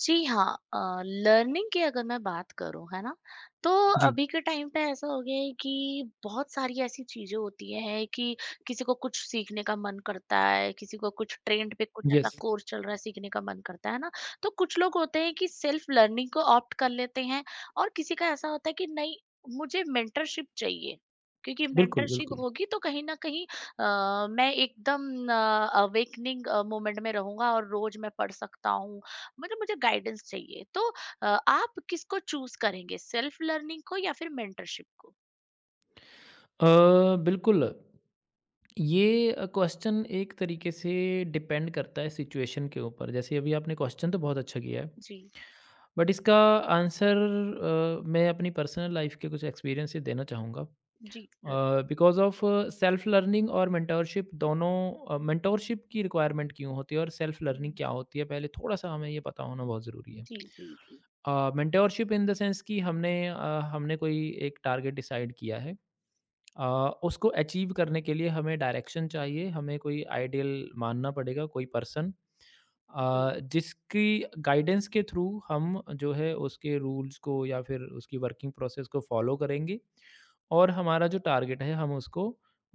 जी हाँ, अ, लर्निंग की अगर मैं बात करूँ, है ना? तो जी। अभी के टाइम पे ऐसा हो गया है कि बहुत सारी ऐसी चीज़ें होती हैं कि किसी को कुछ सीखने का मन करता है, किसी को कुछ ट्रेंड पे कुछ ऐसा यस। कोर्स चल रहा है, सीखने का मन करता है ना? तो कुछ लोग होते हैं कि सेल्फ लर्निंग को ऑप्ट कर लेते हैं और किसी का ऐसा होता है कि नहीं, मुझे मेंटरशिप चाहिए। क्योंकि बिल्कुल, मेंटरशिप बिल्कुल। होगी तो कहीं न कहीं मैं एकदम अवेकनिंग मोमेंट में रहूँगा और रोज़ मैं पढ़ सकता हूँ मतलब मुझे गाइडेंस चाहिए तो आप किसको चूज करेंगे सेल्फ लर्निंग को या फिर मेंटरशिप को? अ, बिल्कुल, ये क्वेश्चन एक तरीके से डिपेंड करता है सिचुएशन के ऊपर। जैसे अभी आपने क्वेश्चन तो बहुत अच्छा किया है, जी। बट इसका आंसर मैं अपनी पर्सनल लाइफ़ के कुछ एक्सपीरियंस से देना चाहूँगा। जी। जरूर। बिकॉज़ ऑफ सेल्फ़ लर्निंग और मेंटरशिप दोनों मेंटरशिप की रिक्वायरमेंट क्यों होती है और सेल्फ़ लर्निंग हम्म, क्या होती है, पहले थोड़ा-सा हमें ये पता होना बहुत ज़रूरी है। जी। जी जी मेंटरशिप इन द सेंस कि हमने कोई एक टारगेट डिसाइड किया है। अ, उसको अचीव करने के लिए हमें डायरेक्शन चाहिए, हमें कोई आइडियल मानना पड़ेगा, कोई पर्सन जी जिसकी गाइडेंस के थ्रू हम जो है उसके रूल्स को या फिर उसकी वर्किंग प्रोसेस को फॉलो करेंगे और हमारा जो टारगेट है हम उसको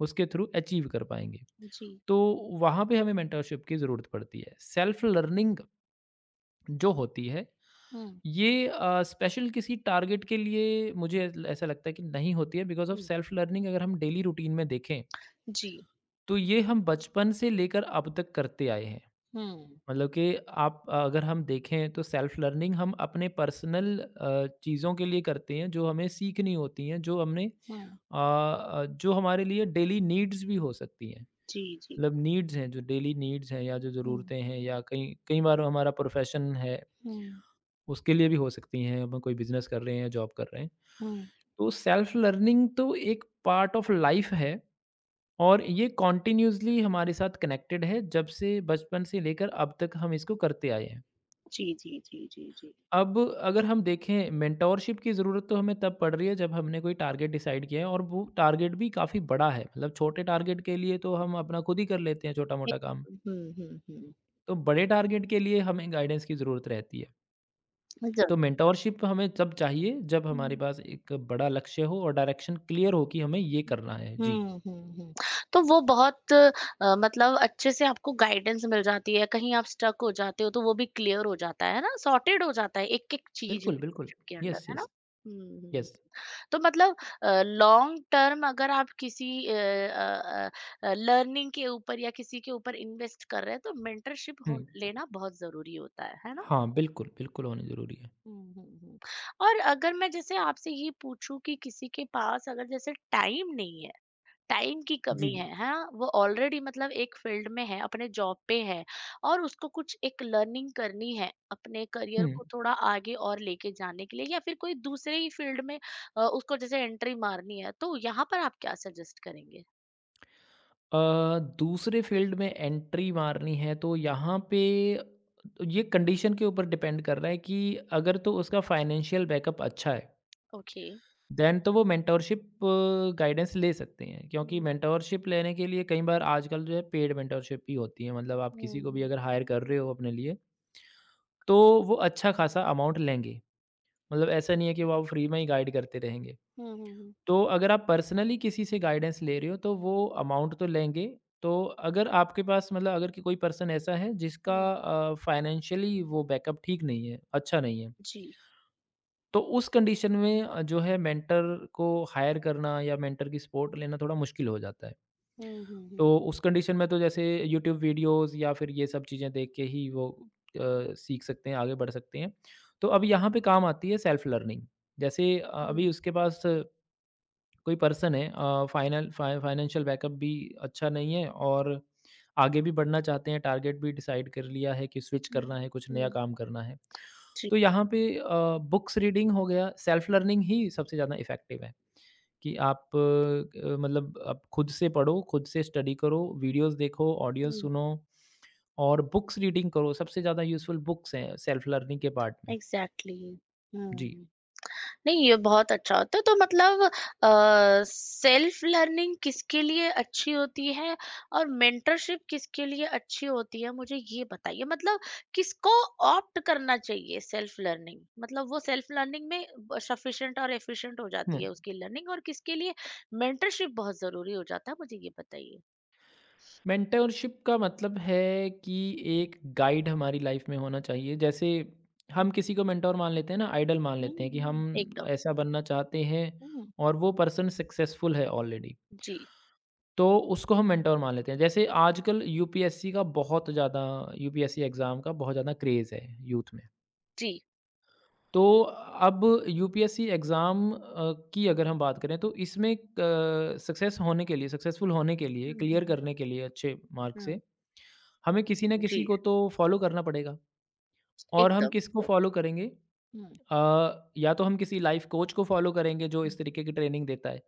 उसके थ्रू अचीव कर पाएंगे। जी। तो वहाँ पे हमें मेंटरशिप की ज़रूरत पड़ती है। सेल्फ लर्निंग जो होती है हम्म ये स्पेशल किसी टारगेट के लिए मुझे ऐसा लगता है कि नहीं होती है because of hmm, self learning अगर हम डेली रूटीन में देखें जी। तो ये हम बचपन से लेकर अब तक करते आए हैं। हम्म मतलब कि आप अगर हम देखें तो सेल्फ लर्निंग हम अपने पर्सनल चीज़ों के लिए करते हैं जो हमें सीखनी होती हैं, जो हम्म। जो हमारे लिए डेली नीड्स भी हो सकती हैं। जी। जी। मतलब नीड्स हैं जो डेली नीड्स हैं या जो हम्म ज़रूरतें हैं या कई कई बार हमारा प्रोफ़ेशन है, हम्म उसके लिए भी हो सकती हैं। हम कोई बिज़नेस कर रहे हैं, जॉब कर रहे हैं। हम्म। तो सेल्फ लर्निंग तो एक पार्ट ऑफ लाइफ़ है। और ये कॉन्टिन्यूअसली हमारे साथ कनेक्टेड है, जब से बचपन से लेकर अब तक हम इसको करते आए हैं। जी जी जी जी जी। अब अगर हम देखें मेंटोरशिप की ज़रूरत तो हमें तब पड़ रही है जब हमने कोई टारगेट डिसाइड किया है और वो टारगेट भी काफ़ी बड़ा है। मतलब छोटे टारगेट के लिए तो हम अपना खुद ही कर लेते हैं छोटा-मोटा काम। हम्म। तो बड़े टारगेट के लिए हमें गाइडेंस की ज़रूरत रहती है। तो मेंटोरशिप हमें तब चाहिए जब हमारे जरूर। पास एक बड़ा लक्ष्य हो और डायरेक्शन क्लियर हो कि हमें ये करना है। जी। हुँ, हुँ, हुँ। तो वो बहुत मतलब अच्छे से आपको गाइडेंस मिल जाती है, कहीं आप स्टक हो जाते हो तो वो भी क्लियर हो जाता है ना, सॉर्टेड हो जाता है एक-एक चीज़ बिल्कुल, बिल्कुल। मेंटरशिप के अंडर, यस, है ना? यस, हुँ, हुँ। यस। तो मतलब लॉन्ग टर्म अगर आप किसी लर्निंग के ऊपर या किसी के ऊपर इन्वेस्ट कर रहे हैं तो मेंटरशिप हुँ। हो लेना बहुत ज़रूरी होता है ना? हाँ, बिल्कुल, बिल्कुल होनी ज़रूरी है। हुँ, हुँ, हुँ। और अगर मैं जैसे आपसे ये पूछूँ कि किसी के पास अगर जैसे टाइम नहीं है, टाइम की जी। कमी है, हाँ, वो ऑलरेडी मतलब एक फील्ड में है, अपने जॉब पे है और उसको कुछ एक लर्निंग करनी है अपने करियर हुँ। को थोड़ा आगे और लेके जाने के लिए या फिर कोई दूसरे ही फील्ड में उसको जैसे एंट्री मारनी है, तो यहाँ पर आप क्या सजेस्ट करेंगे? दूसरे फ़ील्ड में एंट्री मारनी है तो यहाँ पे तो ये कंडीशन के ऊपर डिपेंड कर रहा है कि अगर तो उसका फ़ाइनेंशियल बैकअप अच्छा है, ओके। देन तो वो मेंटोरशिप गाइडेंस ले सकते हैं। क्योंकि हम्म मेंटोरशिप लेने के लिए कई बार आजकल जो है पेड मेंटोरशिप ही होती है। मतलब आप किसी को भी हम्म। अगर हायर कर रहे हो अपने लिए, तो वो अच्छा खासा अमाउंट लेंगे। मतलब ऐसा नहीं है कि ओके। वो आप फ्री में ही गाइड करते रहेंगे। हम्म हम्म तो अगर आप पर्सनली किसी से गाइडेंस ले रहे हो तो वो अमाउंट तो लेंगे। तो अगर आपके पास मतलब अगर कि कोई पर्सन ऐसा है जिसका हम्म, फाइनेंशियली वो बैकअप ठीक नहीं है, अच्छा नहीं है, जी। तो उस कंडीशन में जो है मेंटर को हायर करना या मेंटर की सपोर्ट लेना थोड़ा मुश्किल हो जाता है। हम्म हम्म हम्म तो उस कंडीशन में तो जैसे यूट्यूब वीडियोज़ या फिर ये सब चीज़ें देख के ही वो सीख सकते हैं, आगे बढ़ सकते हैं। तो अब यहाँ पे काम आती है सेल्फ लर्निंग। जैसे अभी हम्म उसके पास कोई पर्सन है फाइनल फाइ फाइनेंशियल बैकअप भी अच्छा नहीं है और आगे भी बढ़ना चाहते हैं, टारगेट भी डिसाइड कर लिया है कि स्विच हम्म, करना है, कुछ नया हम्म, काम करना है। जी। तो यहाँ पे बुक्स रीडिंग हो गया, सेल्फ लर्निंग ही सबसे ज़्यादा इफ़ेक्टिव है कि आप मतलब आप खुद से पढ़ो, खुद से स्टडी करो, वीडियोज़ देखो, ऑडियो हम्म। सुनो और बुक्स रीडिंग करो। सबसे ज़्यादा यूज़फुल बुक्स हैं सेल्फ लर्निंग के पार्ट में। एग्जैक्टली। जी। हम्म। नहीं, ये बहुत अच्छा होता है, तो मतलब सेल्फ लर्निंग किसके लिए अच्छी होती है और मेंटरशिप किसके लिए अच्छी होती है, मुझे ये बताइए? मतलब किसको ऑप्ट करना चाहिए सेल्फ लर्निंग? मतलब वो सेल्फ लर्निंग में ब सफिशिएंट और एफिशिएंट हो हुँ। जाती है उसकी लर्निंग और किसके लिए मेंटरशिप बहुत ज़रूरी हो जाता है, मुझे ये बताइए? मेंटरशिप का मतलब है कि एक गाइड हमारी लाइफ में होना चाहिए जैसे हुँ, हम किसी को मेंटोर मान लेते हैं ना आइडल मान हुँ, लेते हैं कि हम हुँ। एकदम। ऐसा बनना चाहते हैं हुँ। और वो पर्सन सक्सेसफुल है ऑलरेडी जी, तो उसको हम मेंटोर मान लेते हैं जैसे आजकल यूपीएससी का बहुत ज़्यादा यूपीएससी एग्ज़ाम का बहुत ज़्यादा क्रेज़ है यूथ में जी। तो अब यूपीएससी एग्ज़ाम की अगर हम बात करें तो इसमें सक्सेस होने के लिए सक्सेसफुल होने के लिए हुँ, हुँ, क्लियर हुँ, करने के लिए अच्छे मार्क्स हुँ। से हमें किसी ना किसी जी, को तो फॉलो करना पड़ेगा और एकदम, हम किसको एकदम। फॉलो करेंगे हुँ, या तो हम किसी लाइफ कोच को फॉलो करेंगे जो हुँ। इस तरीके की ट्रेनिंग देता है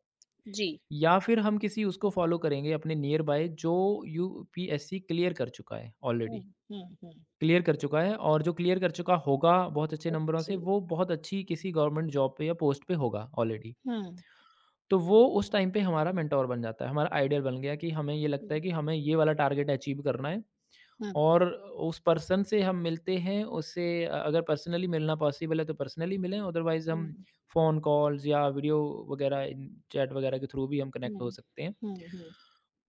जी। या फिर हम किसी उसको हुँ, फॉलो करेंगे अपने नियर बाय जो यूपीएससी क्लियर कर चुका है हुँ, ऑलरेडी हुँ, हुँ। क्लियर कर चुका है और जो क्लियर कर चुका होगा बहुत अच्छे नंबरों से ओके। वो बहुत अच्छी किसी गवर्नमेंट जॉब पे या पोस्ट पे होगा ऑलरेडी हुँ। तो वो उस टाइम पे हमारा मेंटोर बन जाता है हमारा आइडियल बन गया कि हमें ये हुँ, लगता है कि हमें ये वाला टारगेट अचीव करना है हुँ, और उस पर्सन से हम मिलते हैं, उससे अगर पर्सनली मिलना पॉसिबल है तो पर्सनली मिलें, अदरवाइज़ हम हुँ, फ़ोन कॉल्स या वीडियो वगैरह इन चैट वगैरह के थ्रू भी हम कनेक्ट हुँ, हो सकते हैं। हुँ, हुँ।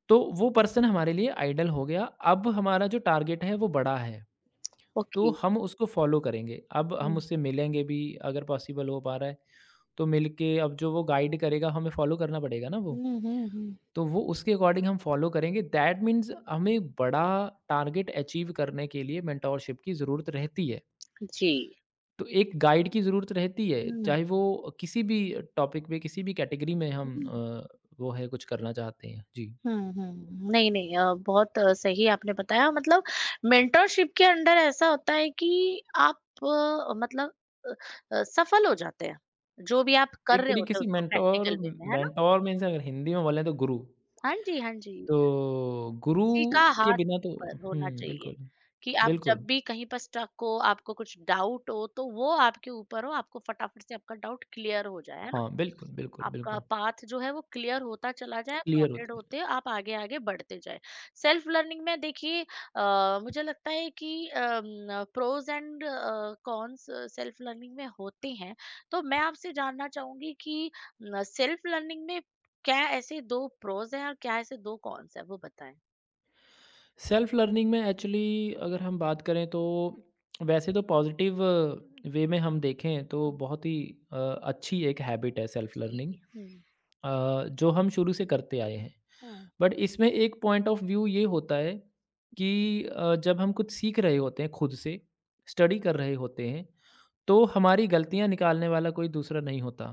तो वो पर्सन हमारे लिए आइडल हो गया, अब हमारा जो टारगेट है वो बड़ा है, ओके। तो हम उसको फ़ॉलो करेंगे। अब हम हुँ, उससे मिलेंगे भी अगर पॉसिबल हो पा रहा है, तो मिल के अब जो वो गाइड करेगा हमें फ़ॉलो करना पड़ेगा ना वो। हुँ, हुँ, हुँ। तो वो उसके अकॉर्डिंग हम फॉलो करेंगे। दैट मीन्स हमें बड़ा टारगेट अचीव करने के लिए मेंटोरशिप की ज़रूरत रहती है। जी। तो एक गाइड की ज़रूरत रहती है, हुँ, चाहे वो किसी भी टॉपिक पे, किसी भी कैटेगरी में हम वो है कुछ करना चाहते हैं। जी। हुँ, हुँ, हुँ। नहीं, नहीं बहुत सही आपने बताया, मतलब मेंटरशिप के अंडर ऐसा होता है कि आप मतलब अ सफल हो जाते हैं। जो भी आप कर एक रहे तरीके होते हैं से उसको मेंटोर प्रैक्टिकल वे में, है ना? मेंटोर मीन्स अगर हिंदी में बोले तो गुरु। हाँ जी, हाँ जी। तो गुरु किसी का के हाथ बिना तो ऊपर होना हुँ, चाहिए बिल्कुल, कि आप जब बिल्कुल। भी कहीं पर स्टक हो, आपको कुछ डाउट हो, तो वो आपके ऊपर हो, आपको फटाफट से आपका डाउट क्लियर हो जाए, है ना? हाँ, बिल्कुल, बिल्कुल, आपका बिल्कुल। पाथ जो है वो क्लियर होता चला जाए, क्लियर सॉर्टेड होता है। होते आप आगे आगे बढ़ते जाए। सेल्फ लर्निंग में देखिए, मुझे लगता है कि pros and cons self learning में होते हैं, तो मैं आपसे जानना चाहूंगी कि सेल्फ लर्निंग में क्या ऐसे दो प्रोज हैं और क्या ऐसे दो कॉन्स है, वो बताएं? सेल्फ लर्निंग में एक्चुअली अगर हम बात करें तो वैसे तो पॉजिटिव वे में हम देखें तो बहुत ही अच्छी एक हैबिट है सेल्फ लर्निंग जी, हुँ, जो हम शुरू से करते आए हैं हाँ। बट इसमें एक पॉइंट ऑफ व्यू ये होता है कि जब हम कुछ सीख रहे होते हैं खुद से स्टडी कर रहे होते हैं तो हमारी गलतियाँ निकालने वाला कोई दूसरा नहीं होता।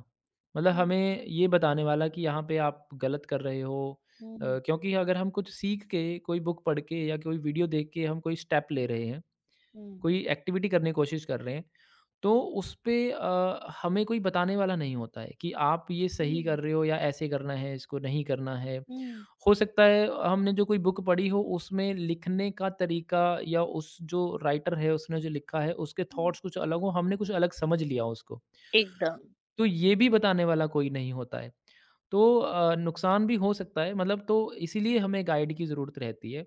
मतलब हुँ, हमें हुँ। ये बताने वाला कि यहाँ पे आप गलत कर रहे हो हुँ, हुँ। क्योंकि अगर हम कुछ सीख के, कोई बुक पढ़ के या कोई वीडियो देख के हम कोई स्टेप ले रहे हैं, कोई एक्टिविटी करने की कोशिश कर रहे हैं, तो उस पे हमें कोई बताने वाला नहीं होता है कि आप ये जी। सही कर रहे हो या ऐसे करना है, इसको नहीं करना है। हुँ। हो सकता है हमने जो कोई बुक पढ़ी हो उसमें लिखने का तरीका या उस जो राइटर है उसने जो लिखा है उसके हुँ। थॉट्स कुछ अलग हो, हमने कुछ अलग समझ लिया उसको। एकदम। तो ये भी बताने वाला कोई नहीं होता है। तो नुकसान भी हो सकता है मतलब तो इसीलिए हमें गाइड की ज़रूरत रहती है।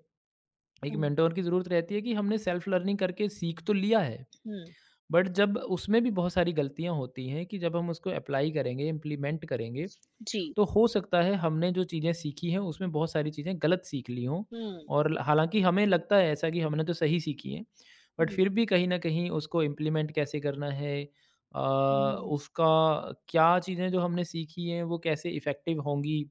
एक हुँ, मेंटर की ज़रूरत रहती है कि हमने सेल्फ लर्निंग करके सीख तो लिया है। हुँ, बट जब उसमें भी बहुत सारी गलतियाँ होती हैं कि जब हम उसको अप्लाई करेंगे, इम्प्लीमेंट करेंगे, जी। तो हो सकता है हमने जो चीज़ें सीखी हैं, उसमें बहुत सारी चीज़ें गलत सीख ली हों हुँ, और हालाँकि हमें लगता है ऐसा कि हमने तो सही सीखी हैं, बट हुँ, फिर भी कहीं न कहीं उसको इम्प्लीमेंट कैसे करना है अ, हुँ, उसका क्या चीज़ें जो हमने सीखी हैं, वो कैसे इफ़ेक्टिव होंगी,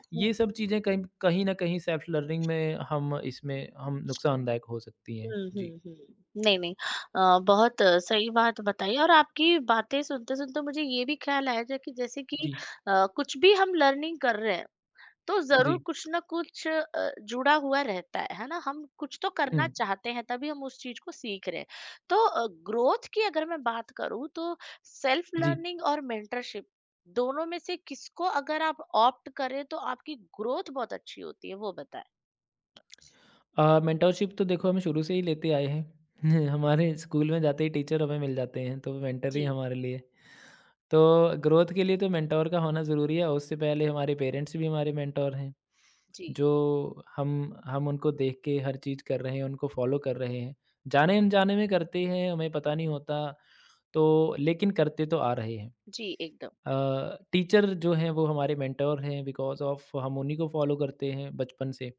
हुँ, ये सब चीज़ें कहीं कहीं न कहीं सेल्फ लर्निंग में हम इसमें हम नुकसानदायक हो सकती हैं। हुँ, जी। हुँ, हुँ। नहीं, नहीं बहुत सही बात बताई, और आपकी बातें सुनते-सुनते मुझे ये भी ख्याल आया, जो कि जैसे कि जी। कुछ भी हम लर्निंग कर रहे हैं तो ज़रूर जी। कुछ ना कुछ जुड़ा हुआ रहता है ना? हम कुछ तो हुँ। करना चाहते हैं, तभी हम उस चीज़ को सीख रहे हैं। तो ग्रोथ की अगर मैं बात करूँ, तो सेल्फ जी। लर्निंग और मेंटरशिप दोनों में से किसको अगर आप ऑप्ट करें तो आपकी ग्रोथ बहुत अच्छी होती है, वो बताएँ? मेंटोरशिप तो देखो हम शुरू से ही लेते आए हैं। हमारे स्कूल में जाते ही टीचर हमें मिल जाते हैं, तो वो मेंटर ही हैं जी, हमारे लिए। तो ग्रोथ के लिए तो मेंटोर का होना ज़रूरी है और उससे पहले हमारे पेरेंट्स भी हमारे मेंटोर हैं, जी, जो हम हम उनको देख के हर चीज़ कर रहे हैं, उनको फॉलो कर रहे हैं। जाने-अनजाने में करते हैं, हमें पता नहीं होता, तो लेकिन करते तो आ रहे हैं। जी, एकदम। टीचर जो हैं वो हमारे मेंटोर हैं बिकॉज़ ऑफ़ हम उन्हीं को फॉलो करते हैं बचपन से।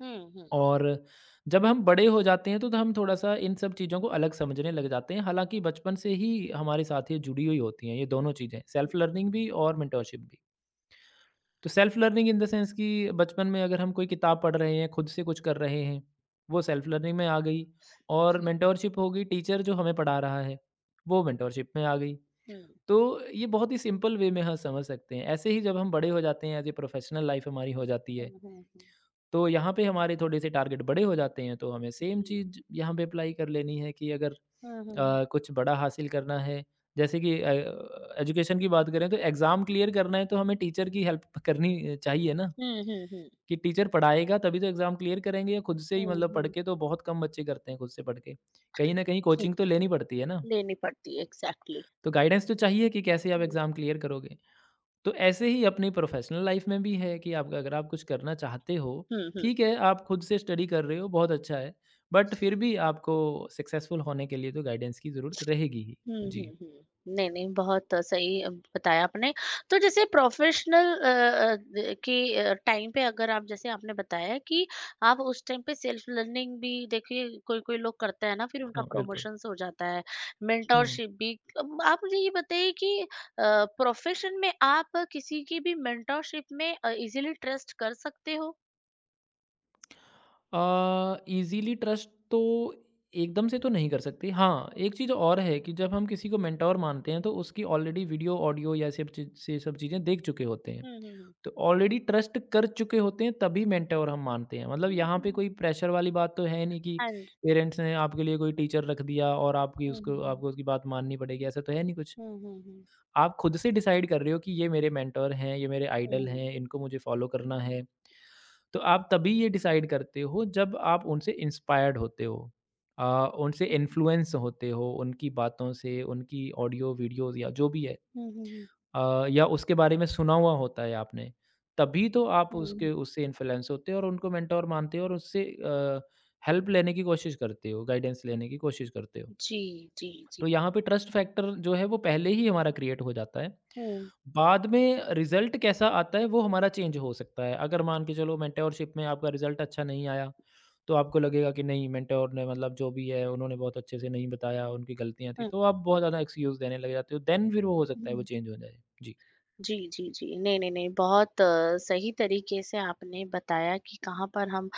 हुँ, हुँ, और जब हम बड़े हो जाते हैं तो हम थोड़ा-सा इन सब चीज़ों को अलग समझने लग जाते हैं, हालाँकि बचपन से ही हमारे साथ ये जुड़ी हुई होती हैं ये दोनों चीज़ें, सेल्फ लर्निंग भी और मेंटरशिप भी। तो self learning in the sense कि बचपन में अगर हम कोई किताब पढ़ रहे हैं, खुद से कुछ कर रहे हैं, वो सेल्फ लर्निंग में आ गई और जी, मेंटरशिप हो गई टीचर जो हमें पढ़ा रहा है, वो मेंटरशिप में आ गई। हुँ, तो ये बहुत ही सिंपल वे में हाँ, समझ सकते हैं। ऐसे ही जब हम बड़े हो जाते हैं एज़ ए प्रोफ़ेशनल लाइफ़ हमारी हो जाती है, हुँ, हुँ, हुँ, तो यहाँ पे हमारे थोड़े से टारगेट बड़े हो जाते हैं तो हमें सेम जी, चीज़ यहाँ पे अप्लाई कर लेनी है कि अगर हुँ, हुँ, कुछ बड़ा हासिल करना है। जैसे कि एजुकेशन की बात करें तो एग्ज़ाम क्लियर करना है तो हमें टीचर की हेल्प करनी चाहिए ना। हुँ, हुँ, हुँ, कि टीचर पढ़ाएगा तभी तो एग्ज़ाम क्लियर करेंगे, या खुद से ही हुँ, मतलब पढ़ हुँ, के तो बहुत कम बच्चे करते हैं खुद से पढ़ के। कहीं ना कहीं जी, कोचिंग तो लेनी पड़ती है ना। लेनी पड़ती है, एग्ज़ैक्टली। तो गाइडेंस तो चाहिए कि कैसे आप हुँ, एग्ज़ाम क्लियर करोगे। तो ऐसे ही अपनी प्रोफेशनल लाइफ में भी है कि आप, अगर आप कुछ करना चाहते हो, हुँ, हुँ। ठीक है, आप खुद से स्टडी कर रहे हो, बहुत अच्छा है। बट फिर भी आपको सक्सेसफुल होने के लिए तो गाइडेंस की ज़रूरत रहेगी ही। हुँ, हुँ, जी, हुँ। नहीं, नहीं, बहुत सही बताया आपने। तो जैसे प्रोफ़ेशनल टाइम पे, अगर आप जैसे आपने बताया कि आप उस टाइम पे सेल्फ लर्निंग भी देखिए, कोई-कोई लोग करते हैं ना, फिर उनका हाँ, बिल्कुल। प्रमोशंस हो जाता है, हुँ। मेंटोरशिप भी। अब आप मुझे ये बताइए कि प्रोफ़ेशन में आप किसी की भी मेंटोरशिप में ईज़िली ट्रस्ट कर सकते हो? ईज़िली ट्रस्ट तो एकदम से तो नहीं कर सकते। हाँ, हुँ, एक चीज़ और है कि जब हम किसी को मेंटर मानते हैं, तो उसकी ऑलरेडी वीडियो, ऑडियो या सब चीज़ से सब चीज़ें देख चुके होते हैं। हुँ, हुँ, हुँ। तो ऑलरेडी ट्रस्ट कर चुके होते हैं तभी मेंटोर हम मानते हैं। मतलब हुँ, यहाँ पे हुँ। कोई प्रेशर वाली बात तो है नहीं कि हाँ जी। पेरेंट्स ने आपके लिए कोई टीचर रख दिया और आपकी हुँ, उसको हुँ, हुँ। आपको उसकी बात माननी पड़ेगी, ऐसा तो है नहीं कुछ। हुँ, हुँ, हुँ। आप खुद से डिसाइड कर रहे हो कि ये मेरे मेंटोर हैं, ये मेरे आइडल हुँ। हैं, इनको मुझे फॉलो करना है। तो आप तभी ये डिसाइड करते हो जब आप उनसे इंस्पायर्ड होते हो। उनसे हुँ, हुँ। इन्फ्लुएंस होते हो उनकी बातों से, उनकी ऑडियो वीडियोस या जो भी है, हुँ, हुँ, हुँ। या उसके बारे में सुना हुआ होता है आपने। तभी तो आप उसके हुँ। उससे इन्फ्लुएंस होते हो और उनको मेंटर मानते हो और उससे हेल्प लेने की कोशिश करते हो, गाइडेंस लेने की कोशिश करते हो। जी, जी, जी। तो यहाँ पे ट्रस्ट फैक्टर जो है वो पहले ही हमारा क्रिएट हो जाता है। हुँ, बाद में रिज़ल्ट कैसा आता है वो हमारा चेंज हो सकता है। अगर मान के चलो मेंटरशिप में आपका रिज़ल्ट अच्छा नहीं आया, तो आपको लगेगा कि नहीं मेंटर ने मतलब जो भी है उन्होंने बहुत अच्छे से नहीं बताया, उनकी गलतियाँ थी, हुँ। तो आप बहुत ज़्यादा एक्सक्यूज़ देने लग जाते हो। देन फिर वो हो सकता है वो चेंज हो जाए। जी। जी, जी, जी। नहीं, नहीं, नहीं, बहुत सही तरीके से आपने बताया कि कहाँ पर हम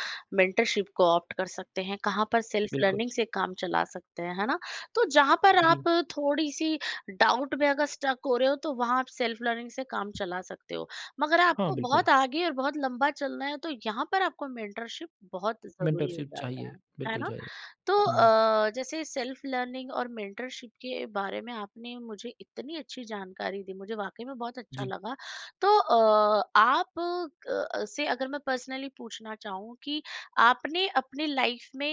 मेंटरशिप को ऑप्ट कर सकते हैं, कहाँ पर सेल्फ बिल्कुल, लर्निंग से काम चला सकते हैं, है ना? तो जहाँ पर आप जी। थोड़ी-सी डाउट में अगर स्टक हो रहे हो तो वहाँ आप सेल्फ लर्निंग से काम चला सकते हो। मगर हाँ, आपको बिल्कुल, बहुत आगे और बहुत लंबा चलना है, तो यहाँ पर आपको मेंटरशिप बहुत ज़रूरी हो मेंटरशिप जाता चाहिए, है बिल्कुल ना? चाहिए। तो हुँ, जैसे सेल्फ लर्निंग और मेंटरशिप के बारे में आपने मुझे इतनी अच्छी जानकारी दी, मुझे वाकई में बहुत अच्छा जी, लगा। तो आप से अगर मैं पर्सनली पूछना चाहूँ कि आपने अपनी लाइफ में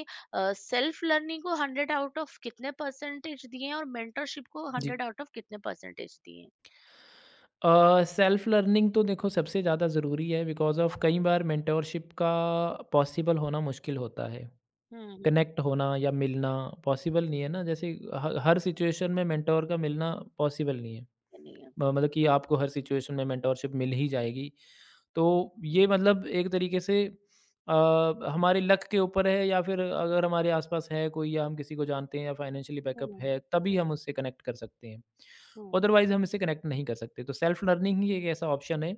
सेल्फ लर्निंग को हंड्रेड आउट ऑफ कितने परसेंटेज दिए हैं और मेंटरशिप को जी। हंड्रेड आउट ऑफ कितने परसेंटेज दिए हैं? सेल्फ लर्निंग तो देखो सबसे ज़्यादा ज़रूरी है, बिकॉज़ ऑफ़ कई बार मेंटरशिप का पॉसिबल होना मुश्किल होता है। हम्म। कनेक्ट होना या मिलना पॉसिबल नहीं है ना, जैसे ह हर सिचुएशन में मेंटर का मिलना पॉसिबल नहीं है। यानी, म मतलब कि आपको हर सिचुएशन में मेंटोरशिप मिल ही जाएगी। तो ये मतलब एक तरीके से अ, हमारे लक के ऊपर है, या फिर अगर हमारे आस-पास है कोई या हम किसी को जानते हैं या फाइनेंशियली बैकअप हम्म। है, तभी हम उससे कनेक्ट कर सकते हैं। हम्म। अदरवाइज़ हम इससे कनेक्ट नहीं कर सकते। तो सेल्फ लर्निंग ही एक ऐसा ऑप्शन है,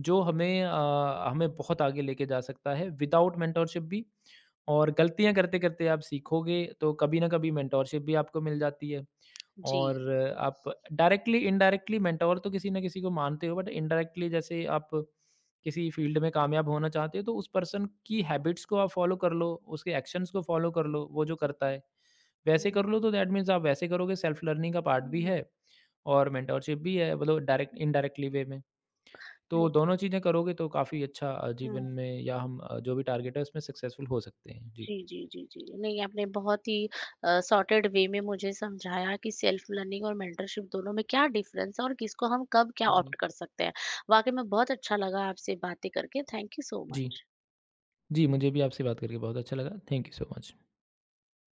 जो हमें बहुत आगे लेके जा सकता है विदाउट मेंटोरशिप भी। और गलतियाँ करते-करते आप सीखोगे, तो कभी ना कभी मेंटोरशिप भी आपको मिल जाती है। जी। और आप डायरेक्टली इनडायरेक्टली मेंटोर तो किसी ना किसी को मानते हो, बट इनडायरेक्टली जैसे आप किसी फील्ड में कामयाब होना चाहते हो तो उस पर्सन की हैबिट्स को आप फॉलो कर लो, उसके एक्शंस को फॉलो कर लो, वो जो करता है वैसे हम्म। कर लो, तो दैट मीन्स आप वैसे करोगे। सेल्फ लर्निंग का पार्ट भी हम्म। है और मेंटोरशिप भी है, मतलब डायरेक्ट इनडायरेक्टली वे में। तो दोनों चीज़ें करोगे तो काफ़ी अच्छा जीवन हम्म। में, या हम जो भी टारगेट है उसमें सक्सेसफुल हो सकते हैं जी। जी, जी, जी, जी। नहीं, आपने बहुत ही सॉर्टेड वे में मुझे समझाया कि सेल्फ लर्निंग और मेंटरशिप दोनों में क्या डिफरेंस है और किसको हम कब क्या जी, ऑप्ट कर सकते हैं। वाक़ई में बहुत अच्छा लगा आपसे बातें करके। थैंक यू सो जी, मच। जी, मुझे भी आपसे बात करके बहुत अच्छा लगा, थैंक यू सो मच।